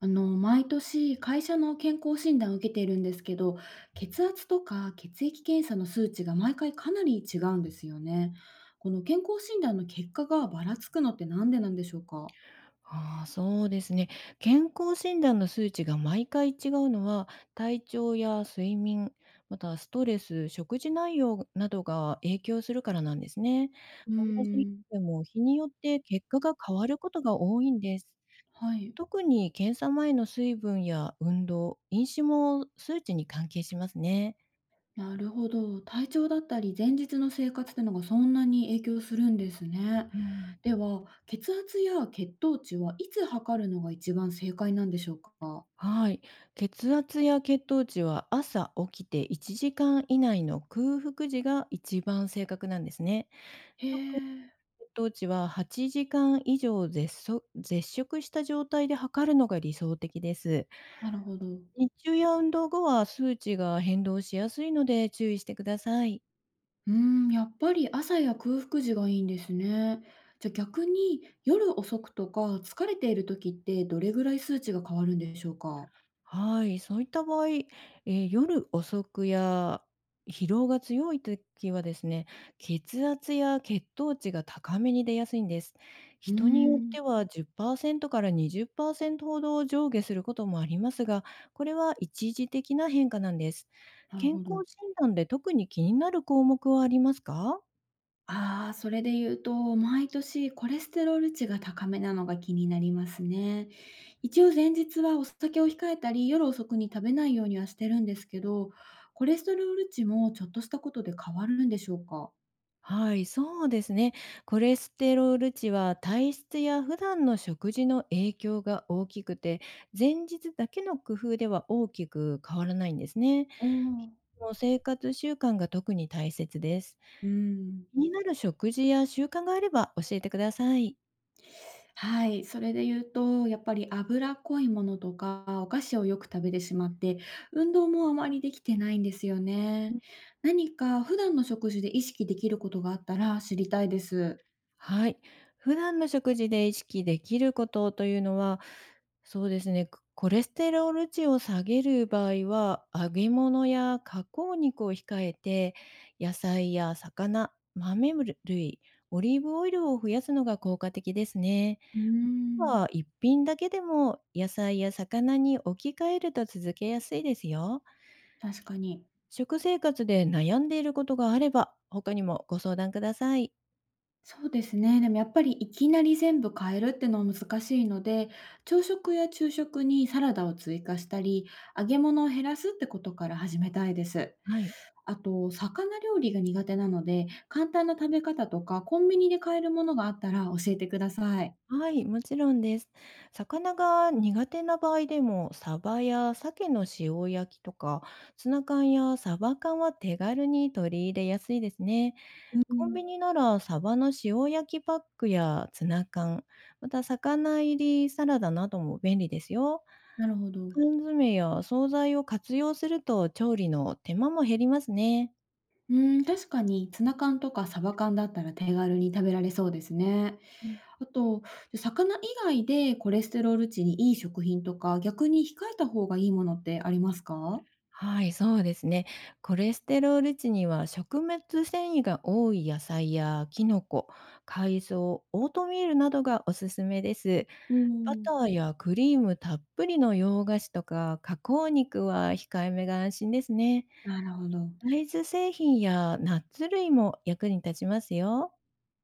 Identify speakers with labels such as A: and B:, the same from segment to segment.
A: 毎年会社の健康診断を受けているんですけど、血圧とか血液検査の数値が毎回かなり違うんですよね。この健康診断の結果がばらつくのってなんでなんでしょうか？
B: ああ、そうですね。健康診断の数値が毎回違うのは、体調や睡眠、またストレス、食事内容などが影響するからなんですね。
A: うー
B: 同じ日
A: ん。
B: でも日によって結果が変わることが多いんです。
A: はい。
B: 特に検査前の水分や運動、飲酒も数値に関係しますね。
A: なるほど。体調だったり前日の生活ってのがそんなに影響するんですね。
B: うん。
A: では、血圧や血糖値はいつ測るのが一番正解なんでしょうか？
B: はい、血圧や血糖値は朝起きて1時間以内の空腹時が一番正確なんですね。
A: へえ。
B: 血糖値は8時間以上絶食した状態で測るのが理想的です。
A: なるほど。
B: 日中や運動後は数値が変動しやすいので注意してください。
A: うーん、やっぱり朝や空腹時がいいんですね。じゃあ逆に夜遅くとか疲れている時ってどれぐらい数値が変わるんでしょうか？
B: はい、そういった場合、夜遅くや疲労が強い時はですね、血圧や血糖値が高めに出やすいんです。
A: う
B: 人によっ
A: ーん。
B: ては10%から20%ほど上下することもありますが、これは一時的な変化なんです。
A: なる
B: 健
A: ほど。
B: 康診断で特に気になる項目はありますか？
A: ああ、それで言うと、毎年コレステロール値が高めなのが気になりますね。一応前日はお酒を控えたり、夜遅くに食べないようにはしてるんですけど、コレステロール値もちょっとしたことで変わるんでしょうか？
B: はい、そうですね。コレステロール値は体質や普段の食事の影響が大きくて、前日だけの工夫では大きく変わらないんですね。
A: おおー。
B: もう生活習慣が特に大切です。
A: うーん。
B: 気になる食事や習慣があれば教えてください。
A: はい、それで言うと、やっぱり脂っこいものとか、お菓子をよく食べてしまって、運動もあまりできてないんですよね。何か普段の食事で意識できることがあったら知りたいです。
B: はい。普段の食事で意識できることというのは、そうですね、コレステロール値を下げる場合は、揚げ物や加工肉を控えて、野菜や魚、豆類、オリーブオイルを増やすのが効果的ですね。
A: うー
B: は
A: ん。
B: 一品だけでも野菜や魚に置き換えると続けやすいですよ。
A: 確かに。
B: 食生活で悩んでいることがあれば、他にもご相談ください。
A: そうですね。でもやっぱりいきなり全部変えるってのは難しいので、朝食や昼食にサラダを追加したり、揚げ物を減らすってことから始めたいです。
B: はい。
A: あと、魚料理が苦手なので、簡単な食べ方とか、コンビニで買えるものがあったら教えてください。
B: はい、もちろんです。魚が苦手な場合でも、サバや鮭の塩焼きとか、ツナ缶やサバ缶は手軽に取り入れやすいですね。
A: う
B: コン
A: ん。
B: ビニならサバの塩焼きパックやツナ缶、また魚入りサラダなども便利ですよ。
A: なるほど。
B: 缶詰や惣菜を活用すると調理の手間も減りますね。
A: うん、確かにツナ缶とかサバ缶だったら手軽に食べられそうですね。あと、魚以外でコレステロール値にいい食品とか、逆に控えた方がいいものってありますか？
B: はい、そうですね。コレステロール値には食物繊維が多い野菜やキノコ、海藻、オートミールなどがおすすめです。
A: う
B: バ
A: ん。
B: ターやクリームたっぷりの洋菓子とか加工肉は控えめが安心ですね。
A: なるほど。
B: 大豆製品やナッツ類も役に立ちますよ。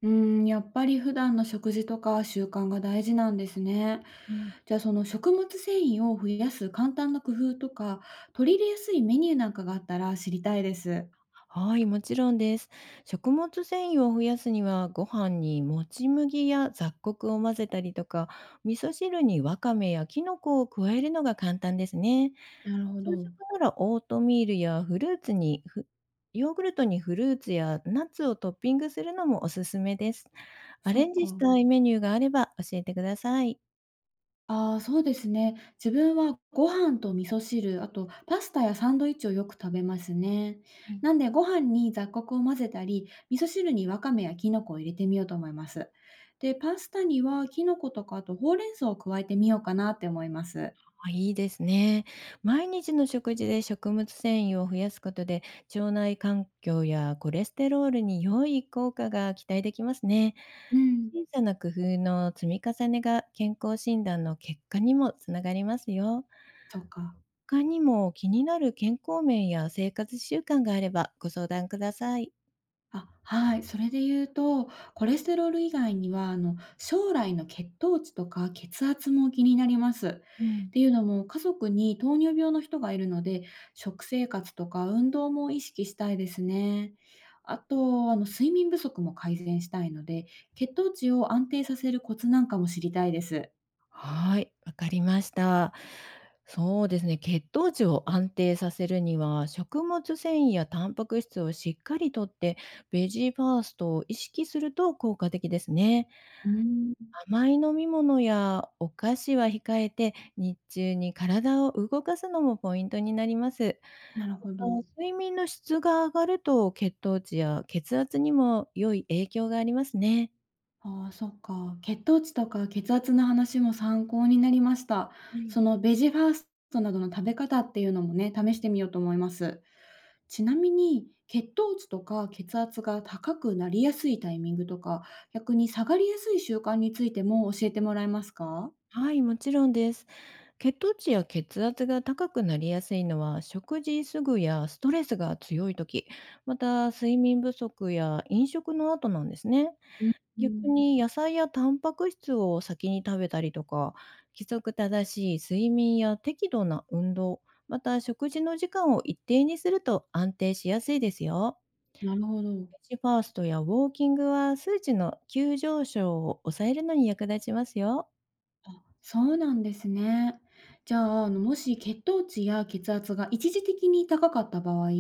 A: うーん、やっぱり普段の食事とか習慣が大事なんですね。
B: はい。
A: じゃあその食物繊維を増やす簡単な工夫とか、取り入れやすいメニューなんかがあったら知りたいです。
B: はい、もちろんです。食物繊維を増やすには、ご飯にもち麦や雑穀を混ぜたりとか、味噌汁にわかめやきのこを加えるのが簡単ですね。
A: なるほ
B: 朝
A: ど。
B: 食ならオートミールやフルーツにヨーグルトにフルーツやナッツをトッピングするのもおすすめです。ア
A: そ
B: レ
A: う
B: ンジし
A: か。
B: たいメニューがあれば教えてください。
A: ああ、そうですね。自分はご飯と味噌汁、あとパスタやサンドイッチをよく食べますね。
B: はい。
A: なんでご飯に雑穀を混ぜたり、味噌汁にわかめやきのこを入れてみようと思います。で、パスタにはきのことかあとほうれん草を加えてみようかなって思います。
B: あ、いいですね。毎日の食事で食物繊維を増やすことで、腸内環境やコレステロールに良い効果が期待できますね。
A: うん。
B: 小さな工夫の積み重ねが健康診断の結果にもつながりますよ。
A: そうか。
B: 他にも気になる健康面や生活習慣があればご相談ください。
A: あ、はい。それで言うと、コレステロール以外には、将来の血糖値とか血圧も気になります。
B: う
A: っ
B: ん。
A: ていうのも、家族に糖尿病の人がいるので、食生活とか運動も意識したいですね。あと、睡眠不足も改善したいので、血糖値を安定させるコツなんかも知りたいです。
B: はい、わかりました。そうですね、血糖値を安定させるには、食物繊維やタンパク質をしっかりとって、ベジーファーストを意識すると効果的ですね。
A: うん。
B: 甘い飲み物やお菓子は控えて、日中に体を動かすのもポイントになります。
A: なるほ
B: あ、
A: ど。
B: 睡眠の質が上がると、血糖値や血圧にも良い影響がありますね。
A: ああ、そっか。血糖値とか血圧の話も参考になりました。
B: はい。
A: そのベジファーストなどの食べ方っていうのもね、試してみようと思います。ちなみに、血糖値とか血圧が高くなりやすいタイミングとか、逆に下がりやすい習慣についても教えてもらえますか？
B: はい、もちろんです。血糖値や血圧が高くなりやすいのは食事すぐやストレスが強い時、また睡眠不足や飲食の後なんですね。
A: う
B: 逆
A: ん、
B: に野菜やタンパク質を先に食べたりとか、規則正しい睡眠や適度な運動、また食事の時間を一定にすると安定しやすいですよ。
A: なるほど。
B: ファーストやウォーキングは数値の急上昇を抑えるのに役立ちますよ。
A: そうなんですね。じゃあ、もし血糖値や血圧が一時的に高かった場合、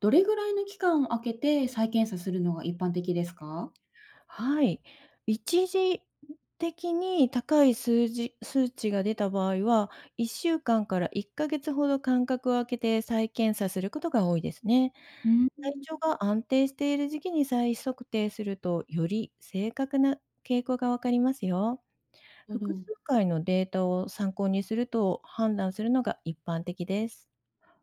A: どれぐらいの期間を空けて再検査するのが一般的ですか？
B: はい。一時的に高い数値が出た場合は、1週間から1ヶ月ほど間隔を空けて再検査することが多いですね。
A: うん。
B: 体調が安定している時期に再測定すると、より正確な傾向がわかりますよ。
A: なるほ
B: 複数
A: ど。
B: 回のデータを参考にすると判断するのが一般的です。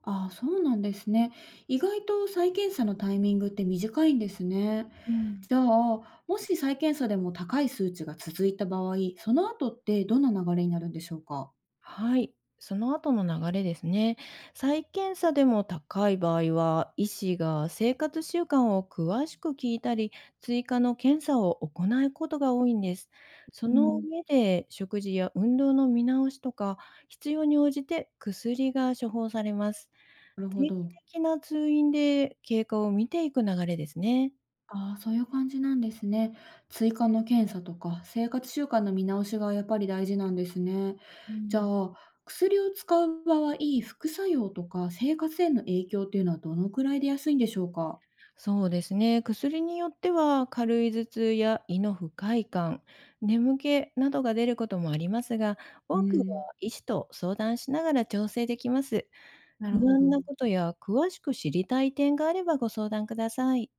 A: ああ、そうなんですね。意外と再検査のタイミングって短いんですね。
B: うん。
A: じゃあ、もし再検査でも高い数値が続いた場合、その後ってどんな流れになるんでしょうか？
B: はい、その後の流れですね。再検査でも高い場合は、医師が生活習慣を詳しく聞いたり、追加の検査を行うことが多いんです。そ
A: う
B: の
A: ん。
B: 上で、食事や運動の見直しとか、必要に応じて薬が処方されます。
A: なるほ
B: 定期
A: ど。
B: 的な通院で経過を見ていく流れですね。
A: ああ、そういう感じなんですね。追加の検査とか生活習慣の見直しがやっぱり大事なんですね。
B: う
A: じゃ
B: ん。
A: あ、薬を使う場合、副作用とか生活への影響っていうのはどのくらい出やすいんでしょうか？
B: そうですね。薬によっては軽い頭痛や胃の不快感、眠気などが出ることもありますが、
A: う
B: 多くは
A: ん、
B: 医師と相談しながら調整できます。
A: な
B: 不
A: るほ
B: 安
A: ど。
B: なことや詳しく知りたい点があればご相談ください。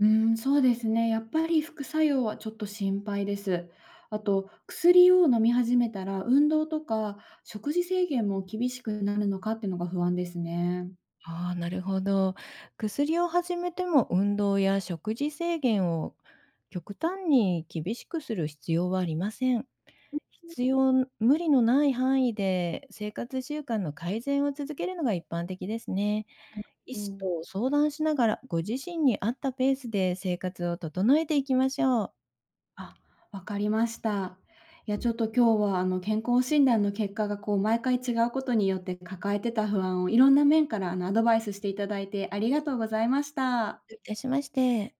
A: うん、そうですね。やっぱり副作用はちょっと心配です。あと、薬を飲み始めたら運動とか食事制限も厳しくなるのかっていうのが不安ですね。
B: ああ、なるほど。薬を始めても運動や食事制限を極端に厳しくする必要はありません。必要無理のない範囲で生活習慣の改善を続けるのが一般的ですね。医
A: う
B: 師と
A: ん。
B: 相談しながらご自身に合ったペースで生活を整えていきましょう。
A: あ、わかりました。いや、ちょっと今日は健康診断の結果がこう毎回違うことによって抱えてた不安をいろんな面からアドバイスしていただいてありがとうございました。
B: どういたしまして。